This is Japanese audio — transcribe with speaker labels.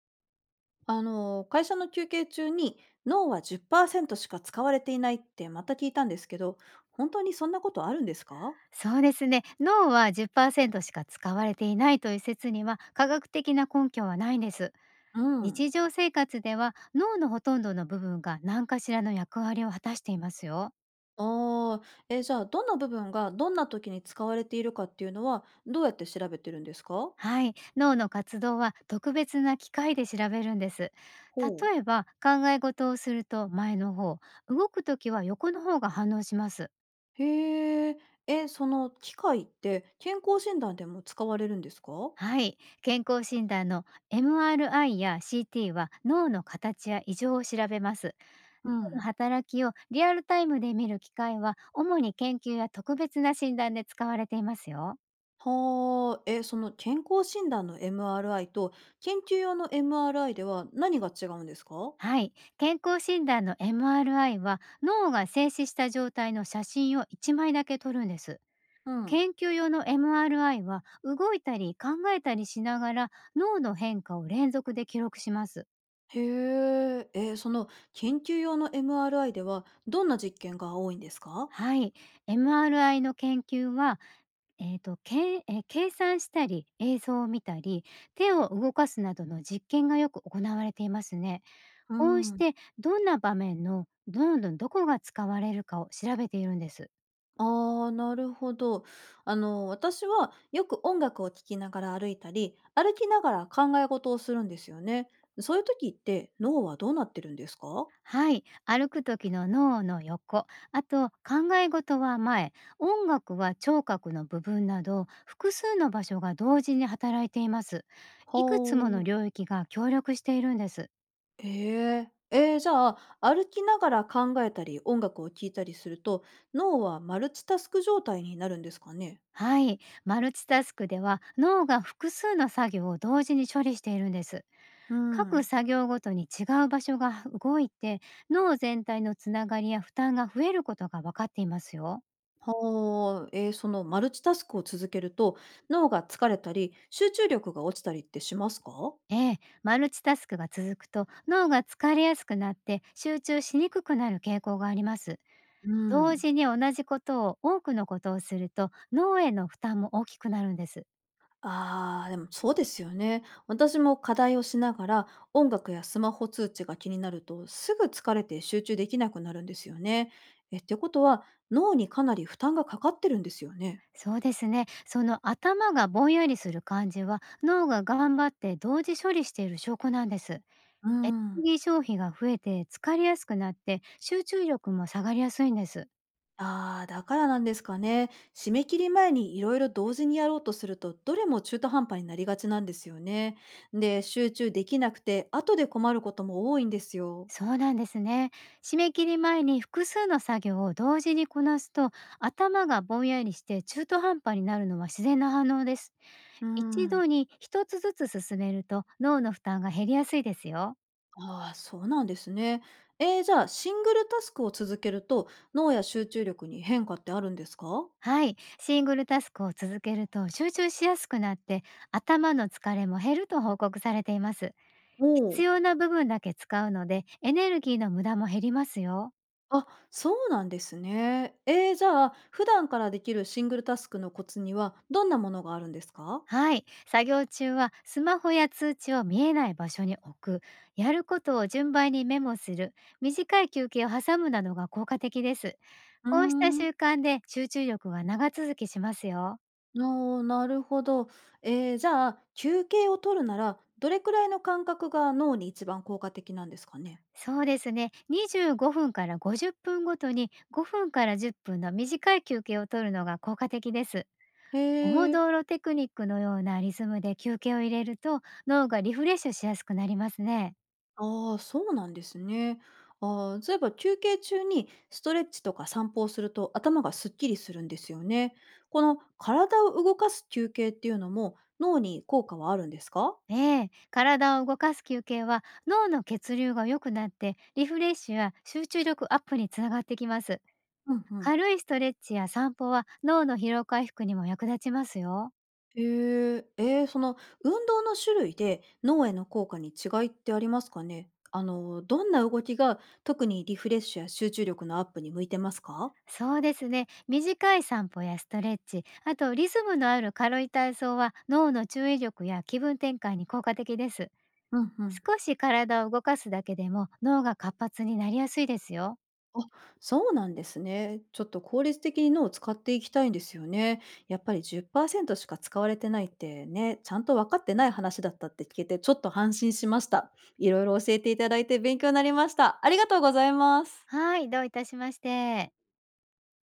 Speaker 1: 会社の休憩中に脳は10%しか使われていないってまた聞いたんですけど、本当にそんなことあるんですか。
Speaker 2: そうですね。脳は10%しか使われていないという説には科学的な根拠はないんです。
Speaker 1: うん。
Speaker 2: 日常生活では脳のほとんどの部分が何かしらの役割を果たしていますよ。
Speaker 1: ああ。え、じゃあどんな部分がどんな時に使われているかっていうのはどうやって調べてるんですか。
Speaker 2: はい。脳の活動は特別な機械で調べるんです。
Speaker 1: ほう。
Speaker 2: 例えば考え事をすると前の方、動くときは横の方が反応します。
Speaker 1: へえ、え、その機械って健康診断でも使われるんですか。
Speaker 2: はい。健康診断の MRI や CT は脳の形や異常を調べます。
Speaker 1: う
Speaker 2: の
Speaker 1: ん。
Speaker 2: 働きをリアルタイムで見る機会は主に研究や特別な診断で使われていますよ。
Speaker 1: はあ、え、その健康診断の MRI と研究用の MRI では何が違うんですか。
Speaker 2: はい、健康診断の MRI は脳が静止した状態の写真を1枚だけ撮るんです。
Speaker 1: うん。
Speaker 2: 研究用の MRI は動いたり考えたりしながら、脳の変化を連続で記録します。
Speaker 1: へえ、え、その研究用の MRI ではどんな実験が多いんですか？
Speaker 2: はい、MRI の研究はえーと、けんえ、計算したり、映像を見たり、手を動かすなどの実験がよく行われていますね。
Speaker 1: うー
Speaker 2: こうし
Speaker 1: ん。
Speaker 2: てどんな場面のどこが使われるかを調べているんです。
Speaker 1: ああ、なるほど。あの、私はよく音楽を聴きながら歩いたり、歩きながら考え事をするんですよね。そういう時って脳はどうなってるんですか？
Speaker 2: はい、歩く時の脳の横、あと考え事は前、音楽は聴覚の部分など、複数の場所が同時に働いています。いくつ
Speaker 1: ほ
Speaker 2: もの
Speaker 1: う。
Speaker 2: 領域が協力しているんです。
Speaker 1: へえ。えー、じゃあ、歩きながら考えたり、音楽を聴いたりすると、脳はマルチタスク状態になるんですかね？
Speaker 2: はい、マルチタスクでは脳が複数の作業を同時に処理しているんです。
Speaker 1: う
Speaker 2: 各
Speaker 1: ん。
Speaker 2: 作業ごとに違う場所が動いて、脳全体のつながりや負担が増えることが分かっていますよ。
Speaker 1: はあ、えー、そのマルチタスクを続けると脳が疲れたり集中力が落ちたりってしますか。
Speaker 2: ええ、マルチタスクが続くと脳が疲れやすくなって、集中しにくくなる傾向があります。
Speaker 1: う
Speaker 2: 同
Speaker 1: ん。
Speaker 2: 時に同じことを多くのことをすると、脳への負担も大きくなるんです。
Speaker 1: ああ、でもそうですよね。私も課題をしながら音楽やスマホ通知が気になるとすぐ疲れて集中できなくなるんですよね。え、ってことは脳にかなり負担がかかってるんですよね。
Speaker 2: そうですね。その頭がぼんやりする感じは、脳が頑張って同時処理している証拠なんです。
Speaker 1: う
Speaker 2: エネル
Speaker 1: ん。
Speaker 2: ギー消費が増えて疲れやすくなって、集中力も下がりやすいんです。
Speaker 1: ああ、だからなんですかね。締め切り前にいろいろ同時にやろうとすると、どれも中途半端になりがちなんですよね。で、集中できなくて、後で困ることも多いんですよ。
Speaker 2: そうなんですね。締め切り前に複数の作業を同時にこなすと、頭がぼんやりして中途半端になるのは自然な反応です。
Speaker 1: うー
Speaker 2: 一
Speaker 1: ん。
Speaker 2: 度に一つずつ進めると、脳の負担が減りやすいですよ。
Speaker 1: ああ、そうなんですね。えー、じゃあ、シングルタスクを続けると、脳や集中力に変化ってあるんですか。
Speaker 2: はい、シングルタスクを続けると集中しやすくなって、頭の疲れも減ると報告されています。
Speaker 1: お
Speaker 2: 必
Speaker 1: お。
Speaker 2: 要な部分だけ使うので、エネルギーの無駄も減りますよ。
Speaker 1: あ、そうなんですね。えー、じゃあ、普段からできるシングルタスクのコツには、どんなものがあるんですか。
Speaker 2: はい、作業中はスマホや通知を見えない場所に置く、やることを順番にメモする、短い休憩を挟むなどが効果的です。
Speaker 1: うー
Speaker 2: こうした
Speaker 1: ん。
Speaker 2: 習慣で集中力が長続きしますよ。
Speaker 1: あ、なるほど。えー、じゃあ、休憩を取るなら、どれくらいの間隔が脳に一番効果的なんですかね？
Speaker 2: そうですね。25分から50分ごとに5分から10分の短い休憩を取るのが効果的です。
Speaker 1: へ
Speaker 2: オモ
Speaker 1: え。
Speaker 2: ドーロテクニックのようなリズムで休憩を入れると、脳がリフレッシュしやすくなりますね。
Speaker 1: ああ、そうなんですね。ああ、そういえば休憩中にストレッチとか散歩をすると頭がすっきりするんですよね。この体を動かす休憩っていうのも、脳に効果はあるんですか？
Speaker 2: ええ、体を動かす休憩は脳の血流が良くなって、リフレッシュや集中力アップにつながってきます。
Speaker 1: うんうん。
Speaker 2: 軽いストレッチや散歩は、脳の疲労回復にも役立ちますよ。
Speaker 1: へえ、ええ、その運動の種類で脳への効果に違いってありますかね？あの、どんな動きが特にリフレッシュや集中力のアップに向いてますか？
Speaker 2: そうですね。短い散歩やストレッチ、あとリズムのある軽い体操は、脳の注意力や気分転換に効果的です。
Speaker 1: うんうん。
Speaker 2: 少し体を動かすだけでも脳が活発になりやすいですよ。
Speaker 1: あ、そうなんですね。ちょっと効率的に脳を使っていきたいんですよね。やっぱり10%しか使われてないってね、ちゃんと分かってない話だったって聞けてちょっと安心しました。いろいろ教えていただいて勉強になりました。ありがとうございます。
Speaker 2: はい、どういたしまして。